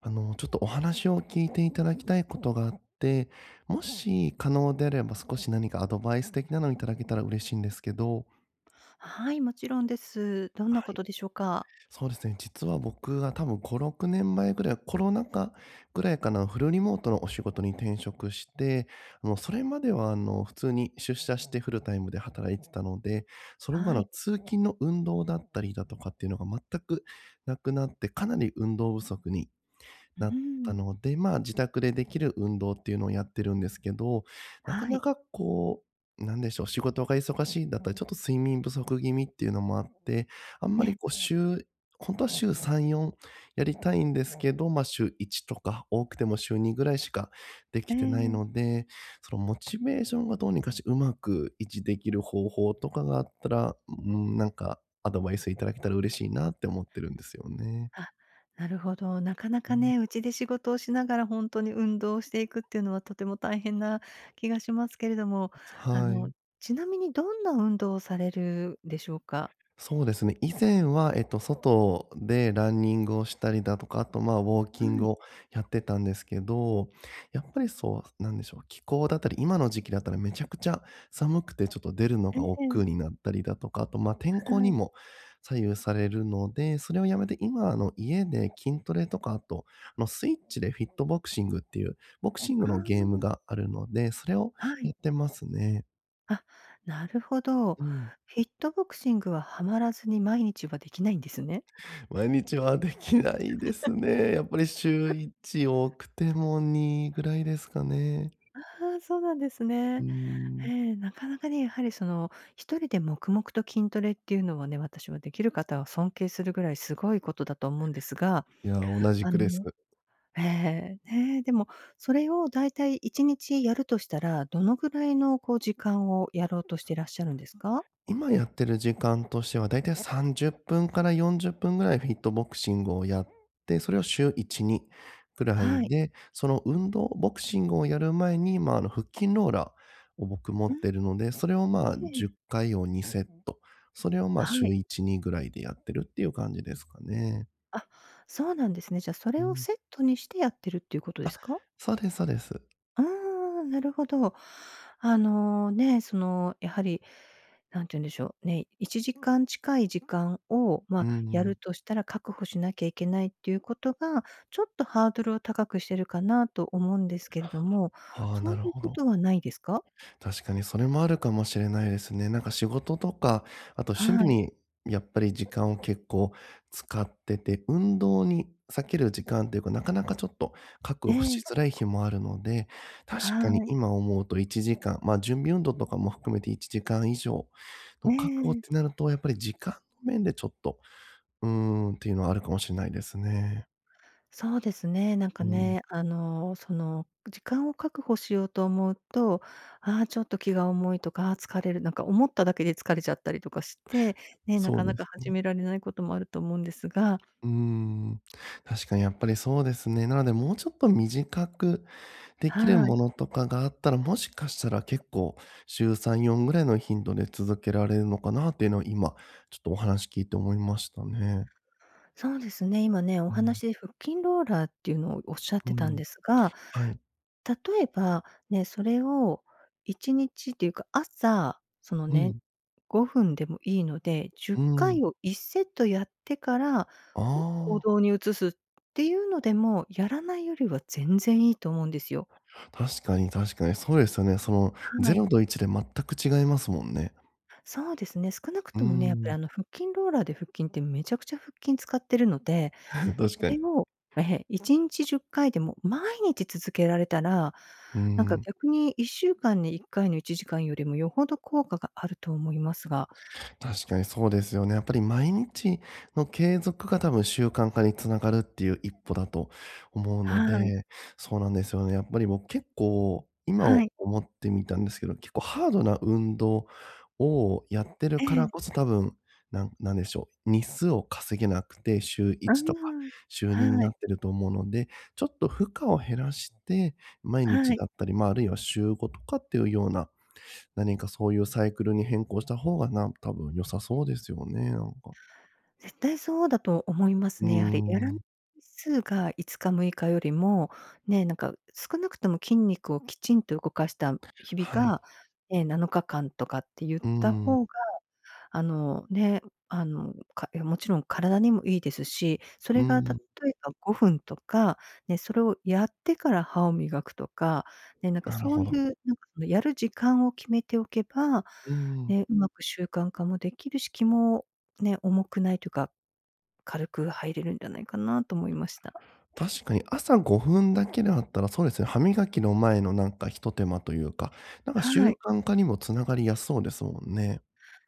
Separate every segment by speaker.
Speaker 1: ちょっとお話を聞いていただきたいことがあって、もし可能であれば少し何かアドバイス的なのをいただけたら嬉しいんですけど、
Speaker 2: はい、もちろんです。どん
Speaker 1: は
Speaker 2: なこ
Speaker 1: い。
Speaker 2: とでしょうか？
Speaker 1: そうですね。実は僕が多分5、6年前ぐらい、コロナ禍ぐらいかな、フルリモートのお仕事に転職して、それまでは普通に出社してフルタイムで働いてたので、その場
Speaker 2: は
Speaker 1: の
Speaker 2: い。
Speaker 1: 通勤の運動だったりだとかっていうのが全くなくなって、かなり運動不足に
Speaker 2: う
Speaker 1: なった
Speaker 2: ん。
Speaker 1: ので、まあ、自宅でできる運動っていうのをやってるんですけど、なか
Speaker 2: は
Speaker 1: な
Speaker 2: い。
Speaker 1: かなんでしょう、仕事が忙しいだったり、ちょっと睡眠不足気味っていうのもあって、あん
Speaker 2: え
Speaker 1: ま
Speaker 2: え。
Speaker 1: りこう週本当は週3、4やりたいんですけど、ま、週1とか、多くても週2ぐらいしかできてない
Speaker 2: え
Speaker 1: ので、そのモチベーションがどうにかしてうまく維持できる方法とかがあったら、うん、なんかアドバイスいただけたら嬉しいなって思ってるんですよね。
Speaker 2: あ、なるほど。なかな
Speaker 1: う
Speaker 2: か
Speaker 1: ん。
Speaker 2: ね、うちで仕事をしながら本当に運動をしていくっていうのはとても大変な気がしますけれども、あ
Speaker 1: は
Speaker 2: の、
Speaker 1: い。
Speaker 2: ちなみにどんな運動をされるでしょうか？
Speaker 1: そうですね。以前は、外でランニングをしたりだとか、あと、まあ、ウォーキン
Speaker 2: は
Speaker 1: グ
Speaker 2: い。
Speaker 1: をやってたんですけど、やっぱりそう、なんでしょう、気候だったり、今の時期だったらめちゃくちゃ寒くて、ちょっと出るの
Speaker 2: え
Speaker 1: が
Speaker 2: え
Speaker 1: 億劫に
Speaker 2: え。
Speaker 1: なったりだとか、あと、まあ、天候
Speaker 2: は
Speaker 1: に
Speaker 2: い。
Speaker 1: も左右されるので、それをやめて、今、家で筋トレとか、あと、スイッチでフィットボクシングっていう、ボクシング
Speaker 2: あ
Speaker 1: のゲームがあるので、それを
Speaker 2: あ、は
Speaker 1: やっ
Speaker 2: い。
Speaker 1: てますね。
Speaker 2: あ、なるほど。
Speaker 1: うん。
Speaker 2: フィットボクシングはハマらずに毎日はできないんですね。
Speaker 1: 毎日はできないですね。やっぱり週1、多くても2ぐらいですかね。
Speaker 2: ああ、そうなんです
Speaker 1: うー
Speaker 2: ね。え
Speaker 1: ん。
Speaker 2: え、なかなかね、やはりその、一人で黙々と筋トレっていうのはね、私はできる方は尊敬するぐらいすごいことだと思うんですが、
Speaker 1: いや、同じ
Speaker 2: あ
Speaker 1: くです。
Speaker 2: のええ、ね、でもそれをだいたい1日やるとしたら、どのぐらいのこう時間をやろうとしてらっしゃるんですか？
Speaker 1: 今やってる時間としては、だいたい30分から40分ぐらいフィットボクシングをやって、それを週1、2ぐら
Speaker 2: は
Speaker 1: い
Speaker 2: い。
Speaker 1: で、その運動、ボクシングをやる前に、まあ、腹筋ローラーを僕持っ
Speaker 2: うん、
Speaker 1: てるので、それを、まあ、
Speaker 2: え
Speaker 1: 10
Speaker 2: え、
Speaker 1: 回を2セット。それを、まあ、
Speaker 2: は
Speaker 1: 週
Speaker 2: い。
Speaker 1: 1、2ぐらいでやってるっていう感じですかね。
Speaker 2: あ、そうなんですね。じゃあ、そ
Speaker 1: う
Speaker 2: れを
Speaker 1: ん。
Speaker 2: セットにしてやってるっていうことですか？
Speaker 1: そうですそうです。
Speaker 2: ああ、なるほど。あの、ね、その、やはり、なんて言うんでしょう、ね、1時間近い時間を、ま
Speaker 1: うー
Speaker 2: あ、やる
Speaker 1: ん。
Speaker 2: としたら確保しなきゃいけないっていうことが、ちょっとハードルを高くしてるかなと思うんですけれども、
Speaker 1: ああ、
Speaker 2: そ
Speaker 1: な
Speaker 2: うい
Speaker 1: る
Speaker 2: う
Speaker 1: ほ
Speaker 2: こと
Speaker 1: ど。
Speaker 2: はないですか？
Speaker 1: 確かにそれもあるかもしれないですね。なんか仕事とか、あと趣味
Speaker 2: はい。
Speaker 1: にやっぱり時間を結構使ってて、運動に避ける時間っていうか、なかなかちょっと確
Speaker 2: え
Speaker 1: 保し
Speaker 2: え。
Speaker 1: づらい日もあるので、確かに
Speaker 2: は
Speaker 1: 今思うと1時間、まあ、準備運動とかも含めて1時間以上の
Speaker 2: い。え
Speaker 1: 確保っ
Speaker 2: え。
Speaker 1: てなると、やっぱり時間の面でちょっと、うーっていうのはあるかもしれないですね。
Speaker 2: そうですね、なんか
Speaker 1: うん、
Speaker 2: ね、あの、その、時間を確保しようと思うと、ああ、ちょっと気が重いとか、あー疲れる、なんか思っただけで疲れちゃったりとかして、ね、な
Speaker 1: そう
Speaker 2: かな
Speaker 1: で
Speaker 2: か
Speaker 1: す
Speaker 2: 始め
Speaker 1: ね。
Speaker 2: られないこともあると思うんですが、
Speaker 1: うーん、確かにやっぱりそうですね。なので、もうちょっと短くできる
Speaker 2: は
Speaker 1: も
Speaker 2: い。
Speaker 1: のとかがあったら、もしかしたら結構週3、4ぐらいの頻度で続けられるのかなっていうのを今、ちょっとお話聞いて思いましたね。
Speaker 2: そうですね、今ね、お
Speaker 1: うん、
Speaker 2: 話で腹筋ローラーっていうのをおっしゃっ
Speaker 1: う
Speaker 2: てたん
Speaker 1: ん、
Speaker 2: ですが、
Speaker 1: はい、
Speaker 2: 例えば、ね、それを1日っていうか、朝、その
Speaker 1: う
Speaker 2: ね、
Speaker 1: ん、
Speaker 2: 5分でもいいので、10
Speaker 1: うん。
Speaker 2: 回を1セットやってから、
Speaker 1: あ
Speaker 2: 行
Speaker 1: あ、
Speaker 2: 動に移すっていうのでも、やらないよりは全然いいと思うんですよ。
Speaker 1: 確かに確かにそうですよね。その
Speaker 2: はい。
Speaker 1: 0と1で全く違いますもんね。
Speaker 2: そうですね、少なく
Speaker 1: う
Speaker 2: ともね、やっぱ
Speaker 1: ん、
Speaker 2: りあの腹筋ローラーで腹筋ってめちゃくちゃ腹筋使ってるので、
Speaker 1: 確
Speaker 2: そ
Speaker 1: かに。
Speaker 2: れを、ええ、1日10回でも毎日続けられたら、
Speaker 1: う
Speaker 2: なんか
Speaker 1: ん。
Speaker 2: 逆に1週間に1回の1時間よりもよほど効果があると思いますが。
Speaker 1: 確かにそうですよね。やっぱり毎日の継続が多分習慣化につながるっていう一歩だと思うの
Speaker 2: はい、
Speaker 1: で、そうなんですよね。やっぱり僕結構、今
Speaker 2: は
Speaker 1: を
Speaker 2: い、
Speaker 1: 思ってみたんですけど、結構ハードな運動をやってる
Speaker 2: え
Speaker 1: から
Speaker 2: え、
Speaker 1: こそ多分、なんでしょう、日数を稼げなくて、週
Speaker 2: あ
Speaker 1: 1とか
Speaker 2: あ
Speaker 1: 週2に
Speaker 2: は
Speaker 1: なっ
Speaker 2: い、
Speaker 1: てると思うので、ちょっと負荷を減らして、毎
Speaker 2: は
Speaker 1: 日
Speaker 2: い。
Speaker 1: だったり、まあ、あるいは週5とかっていうような何かそういうサイクルに変更した方が多分良さそうですよね、なんか。
Speaker 2: 絶対そうだと思いま
Speaker 1: う
Speaker 2: すね。やはりや
Speaker 1: ー
Speaker 2: らない
Speaker 1: ん。
Speaker 2: 日数が5日、6日よりも、ね、なんか少なくとも筋肉をきちんと動かした日々
Speaker 1: はい。
Speaker 2: が、ね、7日間とかって言っ
Speaker 1: う
Speaker 2: た
Speaker 1: ー
Speaker 2: 方
Speaker 1: ん。
Speaker 2: が、あの、ね、あの、かもちろん体にもいいですし、そ
Speaker 1: うー
Speaker 2: れが例
Speaker 1: ん。
Speaker 2: えば5分とか、ね、それをやってから歯を磨くとか、ね、なんか
Speaker 1: なる
Speaker 2: そう
Speaker 1: ほ
Speaker 2: い
Speaker 1: ど。
Speaker 2: う、なんかそのやる時間を決めておけば、
Speaker 1: うーん。
Speaker 2: ね、うまく習慣化もできるし、気もね、重くないというか軽く入れるんじゃないかなと思いました。
Speaker 1: 確かに朝5分だけだったら、そうですね、歯磨きの前のなんかひと手間というか、なんか習
Speaker 2: はい。
Speaker 1: 慣化にもつながりやすそうですもんね。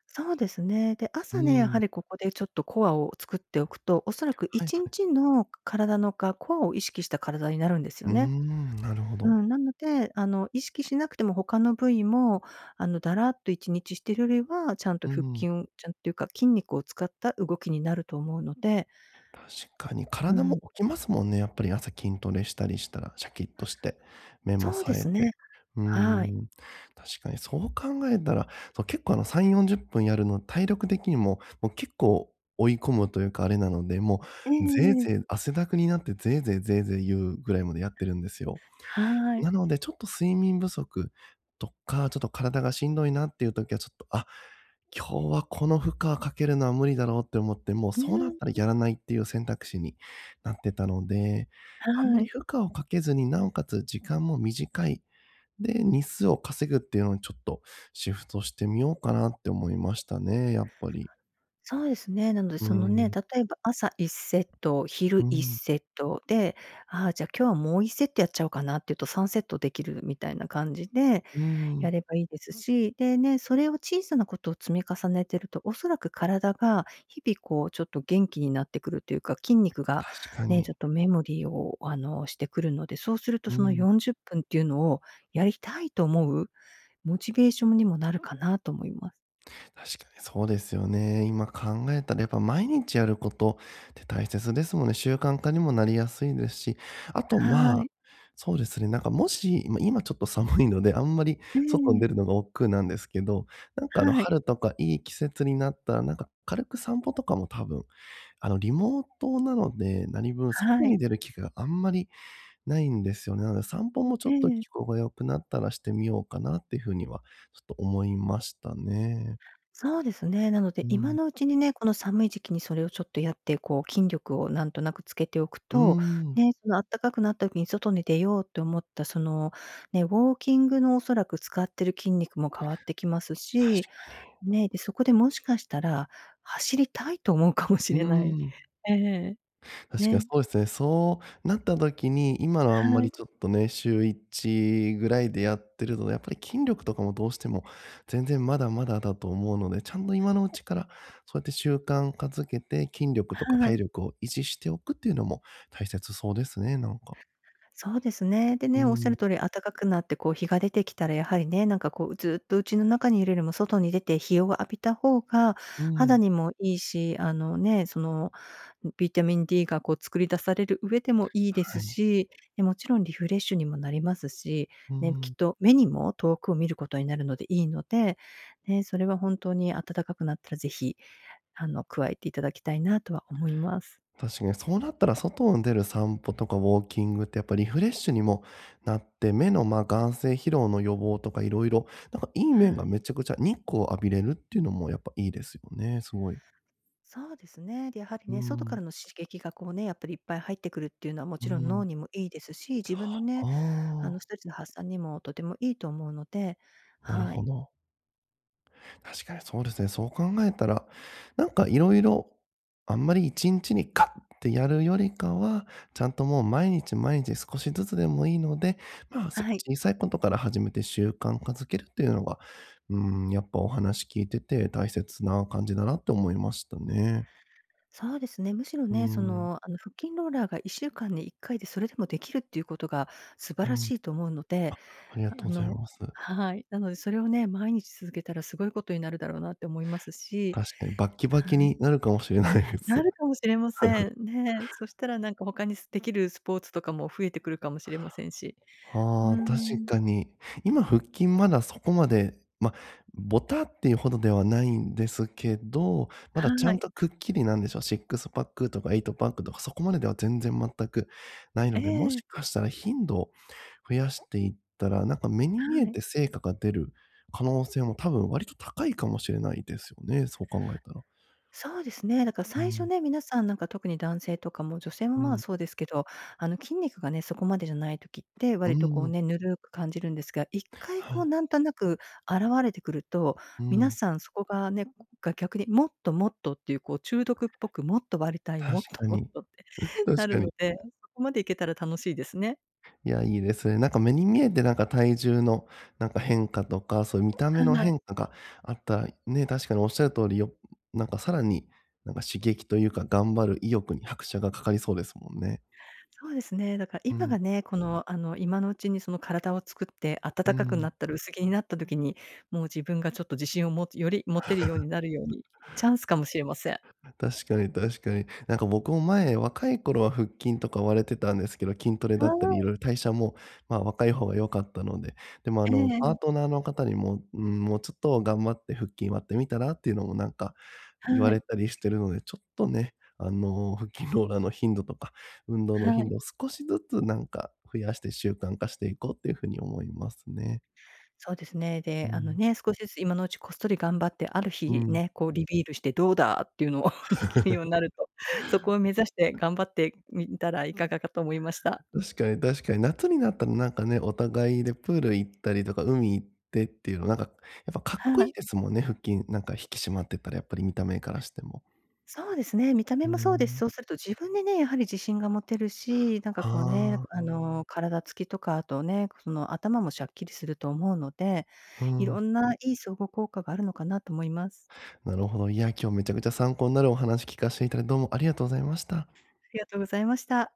Speaker 2: そうですね。で、
Speaker 1: うー
Speaker 2: 朝ね、やは
Speaker 1: ん。
Speaker 2: りここでちょっとコアを作っておくと、おそらく
Speaker 1: はい
Speaker 2: 1
Speaker 1: はい。
Speaker 2: 日の体のか、コアを意識した体になるんです
Speaker 1: う
Speaker 2: よ
Speaker 1: ー
Speaker 2: ね。
Speaker 1: ん、なるほ
Speaker 2: う
Speaker 1: ど。
Speaker 2: ん、なので、あの、意識しなくても他の部位も、あの、だらっと1日してるよりは、ちゃんと
Speaker 1: うー
Speaker 2: 腹筋
Speaker 1: ん。
Speaker 2: を、ちゃんというか筋肉を使った動きになると思うので、
Speaker 1: 確かに
Speaker 2: う
Speaker 1: 体も
Speaker 2: ん、
Speaker 1: 起きますもんね、やっぱり朝筋トレしたりしたら、シャキッとして、目も
Speaker 2: そうで
Speaker 1: 冴え
Speaker 2: す
Speaker 1: て。
Speaker 2: ね。
Speaker 1: うー
Speaker 2: はい。
Speaker 1: ん、確かにそう考えたら、そう、結構あの3、40分やるの体力的にも、もう結構追い込むというかあれなので、も
Speaker 2: え
Speaker 1: うぜい
Speaker 2: え。
Speaker 1: ぜい汗だくになってぜいぜいぜいぜい言うぐらいまでやってるんですよ。
Speaker 2: はい。
Speaker 1: なので、ちょっと睡眠不足とか、ちょっと体がしんどいなっていう時はちょっと、あ、今日はこの負荷かけるのは無理だろうって思って、もう
Speaker 2: う
Speaker 1: そうなったら
Speaker 2: ん、
Speaker 1: やらないっていう選択肢になってたので、あんま
Speaker 2: は
Speaker 1: り
Speaker 2: い。
Speaker 1: 負荷をかけずに、なおかつ時間も短い、で、日数を稼ぐっていうのにちょっとシフトしてみようかなって思いましたね、やっぱり。
Speaker 2: そうですね。なので、
Speaker 1: う
Speaker 2: そのね、
Speaker 1: ん。
Speaker 2: 例えば朝1セット、
Speaker 1: う
Speaker 2: 昼1
Speaker 1: ん。
Speaker 2: セットで、ああ、じゃあ今日はもう1セットやっちゃおうかなっていうと3セットできるみたいな感じで
Speaker 1: う
Speaker 2: や
Speaker 1: ん。
Speaker 2: ればいいですし、でね、それを小さなことを積み重ねてると、おそらく体が日々こうちょっと元気になってくるというか、筋肉が
Speaker 1: 確か
Speaker 2: ね、ちょ
Speaker 1: に。
Speaker 2: っとメモリーをあの、してくるので、そうすると
Speaker 1: う
Speaker 2: その
Speaker 1: ん。
Speaker 2: 40分っぷんっていうのをやりたいと思うモチベーションにもなるかなと思います。
Speaker 1: 確かにそうですよね。今考えたらやっぱ毎日やることって大切ですもんね。習慣化にもなりやすいですし、あと
Speaker 2: は
Speaker 1: まあ、
Speaker 2: い。
Speaker 1: そうですね。なんかもし、ま、今ちょっと寒いので、あんまり
Speaker 2: え
Speaker 1: 外に
Speaker 2: え。
Speaker 1: 出るのが億劫なんですけど、なんかあの
Speaker 2: はい。
Speaker 1: 春とかいい季節になったら、なんか軽く散歩とかも多分、あのリモートなので、何分外
Speaker 2: はい。
Speaker 1: に出る機会があんまりないんですよね。なので散歩もちょ
Speaker 2: え
Speaker 1: っと
Speaker 2: え、
Speaker 1: 気候が良くなったらしてみようかなっていう風にはちょっと思いましたね。
Speaker 2: そうですね。なので、
Speaker 1: う
Speaker 2: 今
Speaker 1: ん。
Speaker 2: のうちにね、この寒い時期にそれをちょっとやって、こう筋力をなんとなくつけておく
Speaker 1: うー
Speaker 2: と、
Speaker 1: ん。
Speaker 2: ね、その暖かくなった時に外に出ようと思った、その、ね、ウォーキングのおそらく使ってる筋肉も変わってきます
Speaker 1: 確
Speaker 2: し、
Speaker 1: か
Speaker 2: ね、で、そこでもしかしたら、走りたいと思うかもし
Speaker 1: に。
Speaker 2: れ
Speaker 1: う
Speaker 2: ない。
Speaker 1: ーん。
Speaker 2: ええ、
Speaker 1: 確かに
Speaker 2: ね、
Speaker 1: そうですね。そうなった時に、今のあんま
Speaker 2: は
Speaker 1: り
Speaker 2: い、
Speaker 1: ちょっとね、週1ぐらいでやってるとやっぱり筋力とかもどうしても全然まだまだだと思うので、ちゃんと今のうちからそうやって習慣化づけて、筋力とか
Speaker 2: は
Speaker 1: 体
Speaker 2: い。
Speaker 1: 力を維持しておくっていうのも大切そうですね、なんか。
Speaker 2: そうですね。で
Speaker 1: うー
Speaker 2: ね、おっしゃる通
Speaker 1: ん。
Speaker 2: り暖かくなって、こう、日が出てきたらやはりね、なんかこう、ずっと家の中にいるよりも外に出て日を浴びた方が
Speaker 1: うー
Speaker 2: 肌
Speaker 1: ん。
Speaker 2: にもいいし、あのね、その、ビタミン D がこう作り出される上でもいいで
Speaker 1: は
Speaker 2: す
Speaker 1: い。
Speaker 2: し、でもちろんリフレッシュにもなりますし、
Speaker 1: うー
Speaker 2: ね、きっ
Speaker 1: ん。
Speaker 2: と目にも遠くを見ることになるのでいいので、ね、それは本当に暖かくなったらぜひ、あの、加えていただきたいなとは思います。
Speaker 1: 確かにそうなったら外に出る散歩とかウォーキングってやっぱリフレッシュにもなって、目の、ま、眼精疲労の予防とかいろいろなんかいい面が
Speaker 2: はい。
Speaker 1: めちゃくちゃ日光を浴びれるっていうのもやっぱいいですよね、すごい。
Speaker 2: そうですね。で、やはり
Speaker 1: う
Speaker 2: ね、外か
Speaker 1: ん、
Speaker 2: らの刺激がこうね、やっぱりいっぱい入ってくるっていうのはも
Speaker 1: う
Speaker 2: ちろん脳
Speaker 1: ん、
Speaker 2: にもいいですし、自分のね、あの
Speaker 1: あ
Speaker 2: ストレスの発散にもとてもいいと思うので、
Speaker 1: あ、なる
Speaker 2: は
Speaker 1: ほ
Speaker 2: い。
Speaker 1: ど。確かにそうですね。そう考えたら、なんかいろいろ、あんまり1日にガッってやるよりかは、ちゃんともう毎日毎日少しずつでもいいので、まあ、
Speaker 2: はい。
Speaker 1: 小さいことから始めて習慣化づけるっていうのが、うん、やっぱお話聞いてて大切な感じだなって思いましたね。
Speaker 2: そうですね。むしろ
Speaker 1: う
Speaker 2: ね、そ
Speaker 1: ん、
Speaker 2: の、あの、腹筋ローラーが1週間に1回でそれでもできるっていうことが素
Speaker 1: う
Speaker 2: 晴ら
Speaker 1: ん、
Speaker 2: しいと思うので、
Speaker 1: ありがと
Speaker 2: あ
Speaker 1: うござい
Speaker 2: の
Speaker 1: ます。
Speaker 2: はい。なのでそれをね、毎日続けたらすごいことになるだろうなって思いますし、
Speaker 1: 確かにバッキバキ
Speaker 2: はい。
Speaker 1: になるかもしれないで
Speaker 2: な
Speaker 1: す。
Speaker 2: るかもしれません。ね。そしたらなんか他にできるスポーツとかも増えてくるかもしれませんし。う
Speaker 1: はあ、確
Speaker 2: ーん。
Speaker 1: かに。今、腹筋まだそこまで、ま、ボタっていうほどではないんですけど、まだちゃ
Speaker 2: は
Speaker 1: ん
Speaker 2: い。
Speaker 1: とくっきりなんでしょう、シックスパックとかエイトパックとか、そこまででは全然全くない
Speaker 2: え
Speaker 1: ので、も
Speaker 2: え、
Speaker 1: しかしたら頻度を増やしていったら、なんか目に見え
Speaker 2: はい。
Speaker 1: て成果が出る可能性も多分割と高いかもしれないですよね、そう考えたら。
Speaker 2: そうですね。だから
Speaker 1: う
Speaker 2: 最初
Speaker 1: ん、
Speaker 2: ね、皆さんなんか特に男性とかも女性も
Speaker 1: う
Speaker 2: まあ
Speaker 1: ん、
Speaker 2: そうですけど、あの筋肉がね、そこまでじゃない時って
Speaker 1: う
Speaker 2: 割とこう
Speaker 1: ん、
Speaker 2: ね、ぬるく感じるんですが、一回
Speaker 1: は
Speaker 2: こう
Speaker 1: い、
Speaker 2: なんとなく現れてくると、
Speaker 1: う
Speaker 2: 皆
Speaker 1: ん、
Speaker 2: さんそこがね、が逆にもっともっとっていうこう中毒っぽくもっと割りたい、
Speaker 1: 確
Speaker 2: もっと
Speaker 1: か
Speaker 2: もっ
Speaker 1: に、
Speaker 2: とって な
Speaker 1: 確
Speaker 2: る
Speaker 1: か
Speaker 2: の
Speaker 1: に。
Speaker 2: で、そこまでいけたら楽しいですね。
Speaker 1: いや、いいですね。なんか目に見えてなんか体重のなんか変化とか、そういう見た目
Speaker 2: は
Speaker 1: の
Speaker 2: い。
Speaker 1: 変化があったら、ね、確かにおっしゃる通り、なんかさらになんか刺激というか、頑張る意欲に拍車がかかりそうですもんね。
Speaker 2: そうですね。だから
Speaker 1: う
Speaker 2: 今
Speaker 1: ん、
Speaker 2: がね、この、あの、今のうちにその体を作って
Speaker 1: う
Speaker 2: 暖かくな
Speaker 1: ん。
Speaker 2: ったら薄着になった時に、もう自分がちょっと自信をより持てるようになるように、チャンスかもしれません。
Speaker 1: 確かに確かに。なんか僕も前、若い頃は腹筋とか割れてたんですけど、筋トレ
Speaker 2: は
Speaker 1: だったり、いろい
Speaker 2: い。
Speaker 1: ろ代謝も、まあ、若い方が良かったので、でもあ
Speaker 2: ええ
Speaker 1: の、パー
Speaker 2: ええ。
Speaker 1: トナーの方にも、うん、もうちょっと頑張って腹筋割ってみたらっていうのもなんか言わ
Speaker 2: は
Speaker 1: れ
Speaker 2: い。
Speaker 1: たりしてるので、ちょっとね、腹筋ローラーの頻度とか、運動の
Speaker 2: は
Speaker 1: 頻
Speaker 2: い。
Speaker 1: 度を少しずつなんか増やして習慣化していこうっていう風に思いますね。
Speaker 2: そうですね。
Speaker 1: う
Speaker 2: で、あの
Speaker 1: ん。
Speaker 2: ね、少しずつ今のうちこっそり頑張って、ある
Speaker 1: う
Speaker 2: 日
Speaker 1: ん。
Speaker 2: ね、こうリビールしてどうだっていうのを できるようになると、そこを目指して頑張ってみたらいかがかと思いました。
Speaker 1: 確かに確かに、夏になったらなんかね、お互いでプール行ったりとか、海行ってっていうの、なんか、やっぱかっ
Speaker 2: は
Speaker 1: こいい
Speaker 2: い。
Speaker 1: ですもんね、腹筋、なんか引き締まってたら、やっぱり見た目からしても。
Speaker 2: そうですね、見た目
Speaker 1: うー
Speaker 2: もそうです。
Speaker 1: ん。
Speaker 2: そうすると自分でね、やはり自信が持てるし、なんかこうね、
Speaker 1: あ
Speaker 2: あの、体つきとか、あとね、その頭もしゃっきりすると思うので、
Speaker 1: あ、う
Speaker 2: い
Speaker 1: ん。
Speaker 2: ろんないい相互効果があるのかなと思います。
Speaker 1: なるほど。いや、今日めちゃくちゃ参考になるお話聞かせていただいて、どうもありがとうございました。
Speaker 2: ありがとうございました。